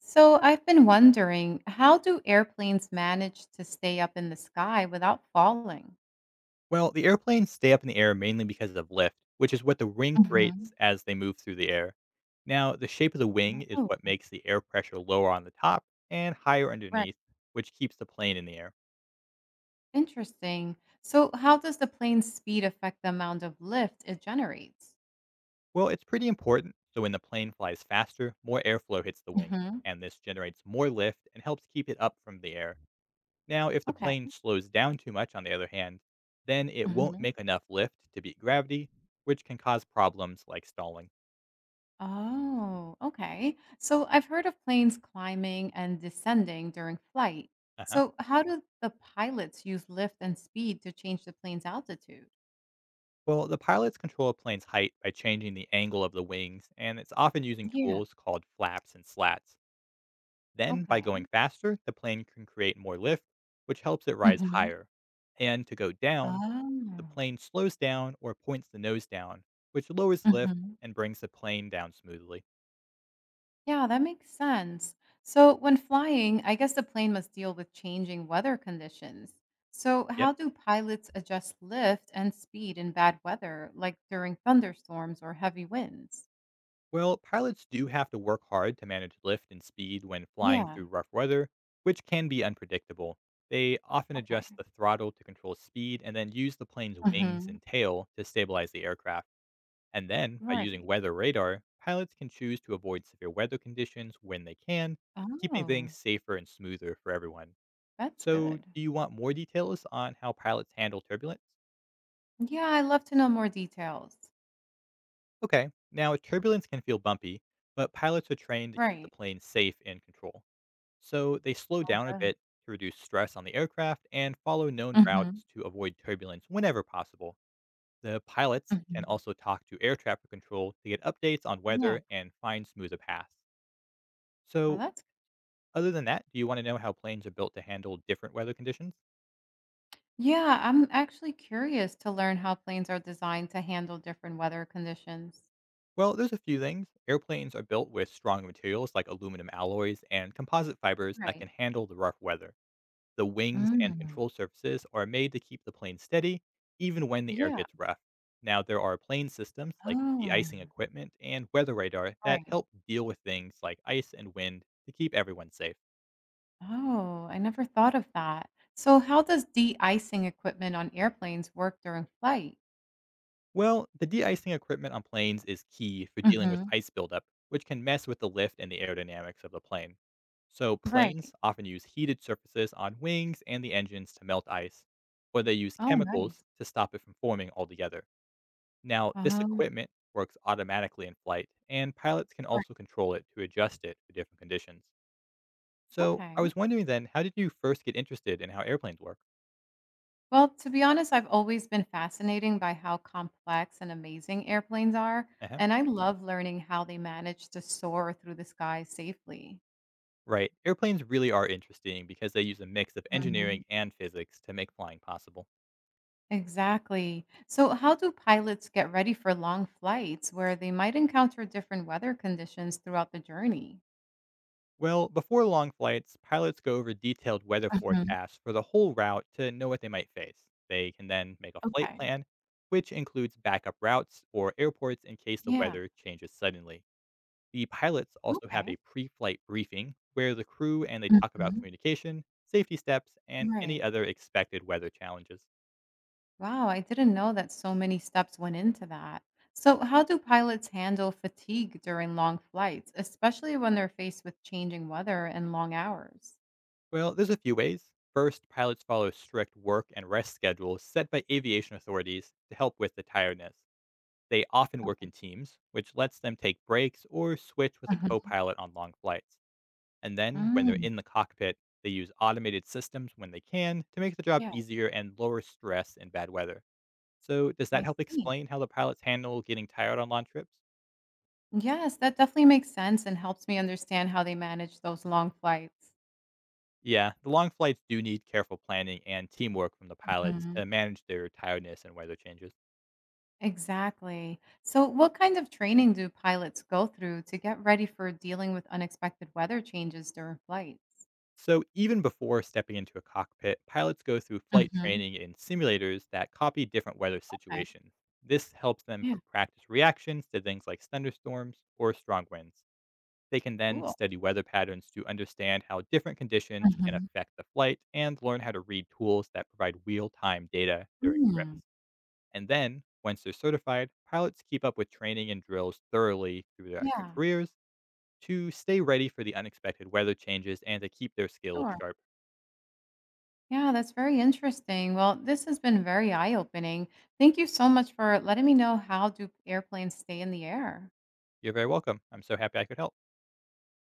So I've been wondering, how do airplanes manage to stay up in the sky without falling? Well, the airplanes stay up in the air mainly because of lift, which is what the wing Mhm. creates as they move through the air. Now, the shape of the wing is what Oh, makes the air pressure lower on the top and higher right. underneath, which keeps the plane in the air. Interesting. So how does the plane's speed affect the amount of lift it generates? Well, it's pretty important, so when the plane flies faster, more airflow hits the wing, Mhm. and this generates more lift and helps keep it up from the air. Now, if the Okay. plane slows down too much, on the other hand, then it won't Mhm. make enough lift to beat gravity, which can cause problems like stalling. Oh, okay. So I've heard of planes climbing and descending during flight. Uh huh. So how do the pilots use lift and speed to change the plane's altitude? Well, the pilots control a plane's height by changing the angle of the wings, and it's often using Yeah. tools called flaps and slats. Then, by going Okay. faster, the plane can create more lift, which helps it rise Mhm. higher. And to go down, the Oh. plane slows down or points the nose down, which lowers lift Mhm. and brings the plane down smoothly. Yeah, that makes sense. So, when flying, I guess the plane must deal with changing weather conditions. So, Yep. how do pilots adjust lift and speed in bad weather, like during thunderstorms or heavy winds? Well, pilots do have to work hard to manage lift and speed when flying Yeah. through rough weather, which can be unpredictable. They often Okay. adjust the throttle to control speed and then use the plane's wings Hmm. and tail to stabilize the aircraft. And then, by Right. using weather radar, pilots can choose to avoid severe weather conditions when they can, keeping things Oh, safer and smoother for everyone. that's So, good. do you want more details on how pilots handle turbulence? Yeah, I love to know more details. Okay, now turbulence can feel bumpy, but pilots are trained to keep the Right. plane safe and control. So they slow Oh, down a good. bit to reduce stress on the aircraft and follow known Hmm. routes to avoid turbulence whenever possible. The pilots can Hmm. also talk to air traffic control to get updates on Yeah. weather and find smoother paths. Well, So, that's other than that, do you want to know how planes are built to handle different weather conditions? yeah. I'm actually curious to learn how planes are designed to handle different weather conditions. Well, there's a few things. Airplanes are built with strong materials like aluminum alloys and composite fibers that Right. can handle the rough weather. The wings and Mm. control surfaces are made to keep the plane steady even when the air Yeah. gets rough. Now, there are plane systems like Oh, de-icing equipment and weather radar that right. help deal with things like ice and wind to keep everyone safe. Oh, I never thought of that. So how does de-icing equipment on airplanes work during flight? Well, the de-icing equipment on planes is key for dealing with Mhm. ice buildup, which can mess with the lift and the aerodynamics of the plane. So Right. planes often use heated surfaces on wings and the engines to melt ice, or they use Oh, chemicals nice. to stop it from forming altogether. Now, this Um, equipment works automatically in flight, and pilots can right. also control it to adjust it for different conditions. So, I Okay. was wondering then, how did you first get interested in how airplanes work? Well, to be honest, I've always been fascinated by how complex and amazing airplanes are, Uh-huh. and I love learning how they manage to soar through the sky safely. Right, airplanes really are interesting because they use a mix of engineering and physics to make flying possible. Exactly. So, how do pilots get ready for long flights where they might encounter different weather conditions throughout the journey? Well, before long flights, pilots go over detailed weather Hmm. forecasts for the whole route to know what they might face. They can then make a flight Okay. plan, which includes backup routes or airports in case the Yeah. weather changes suddenly. The pilots also have Okay. a pre flight briefing where the crew and they talk about Hmm. communication, safety steps, and Right. any other expected weather challenges. Wow. I didn't know that so many steps went into that. So, how do pilots handle fatigue during long flights, especially when they're faced with changing weather and long hours? Well, there's a few ways. First, pilots follow strict work and rest schedules set by aviation authorities to help with the tiredness. They often work in teams, which lets them take breaks or switch with a co Hmm. pilot on long flights. And then, when they're Mm, in the cockpit, they use automated systems when they can to make the job yeah, easier and lower stress in bad weather. So, does that I help see. explain how the pilots handle getting tired on long trips? Yes, that definitely makes sense and helps me understand how they manage those long flights. Yeah, the long flights do need careful planning and teamwork from the pilots Mhm. to manage their tiredness and weather changes. Exactly. So, what kind of training do pilots go through to get ready for dealing with unexpected weather changes during flights? So, even before stepping into a cockpit, pilots go through flight Hmm. training in simulators that copy different weather Okay. situations. This helps them Yeah, from practice reactions to things like thunderstorms or strong winds. They can then cool. study weather patterns to understand how different conditions can Hmm. affect the flight and learn how to read tools that provide real time data during Mm. trips. And then, once they're certified, pilots keep up with training and drills thoroughly through their Yeah, careers to stay ready for the unexpected weather changes and to keep their skills sure. sharp. Yeah, that's very interesting. Well, this has been very eye-opening. Thank you so much for letting me know how do airplanes stay in the air. You're very welcome. I'm so happy I could help.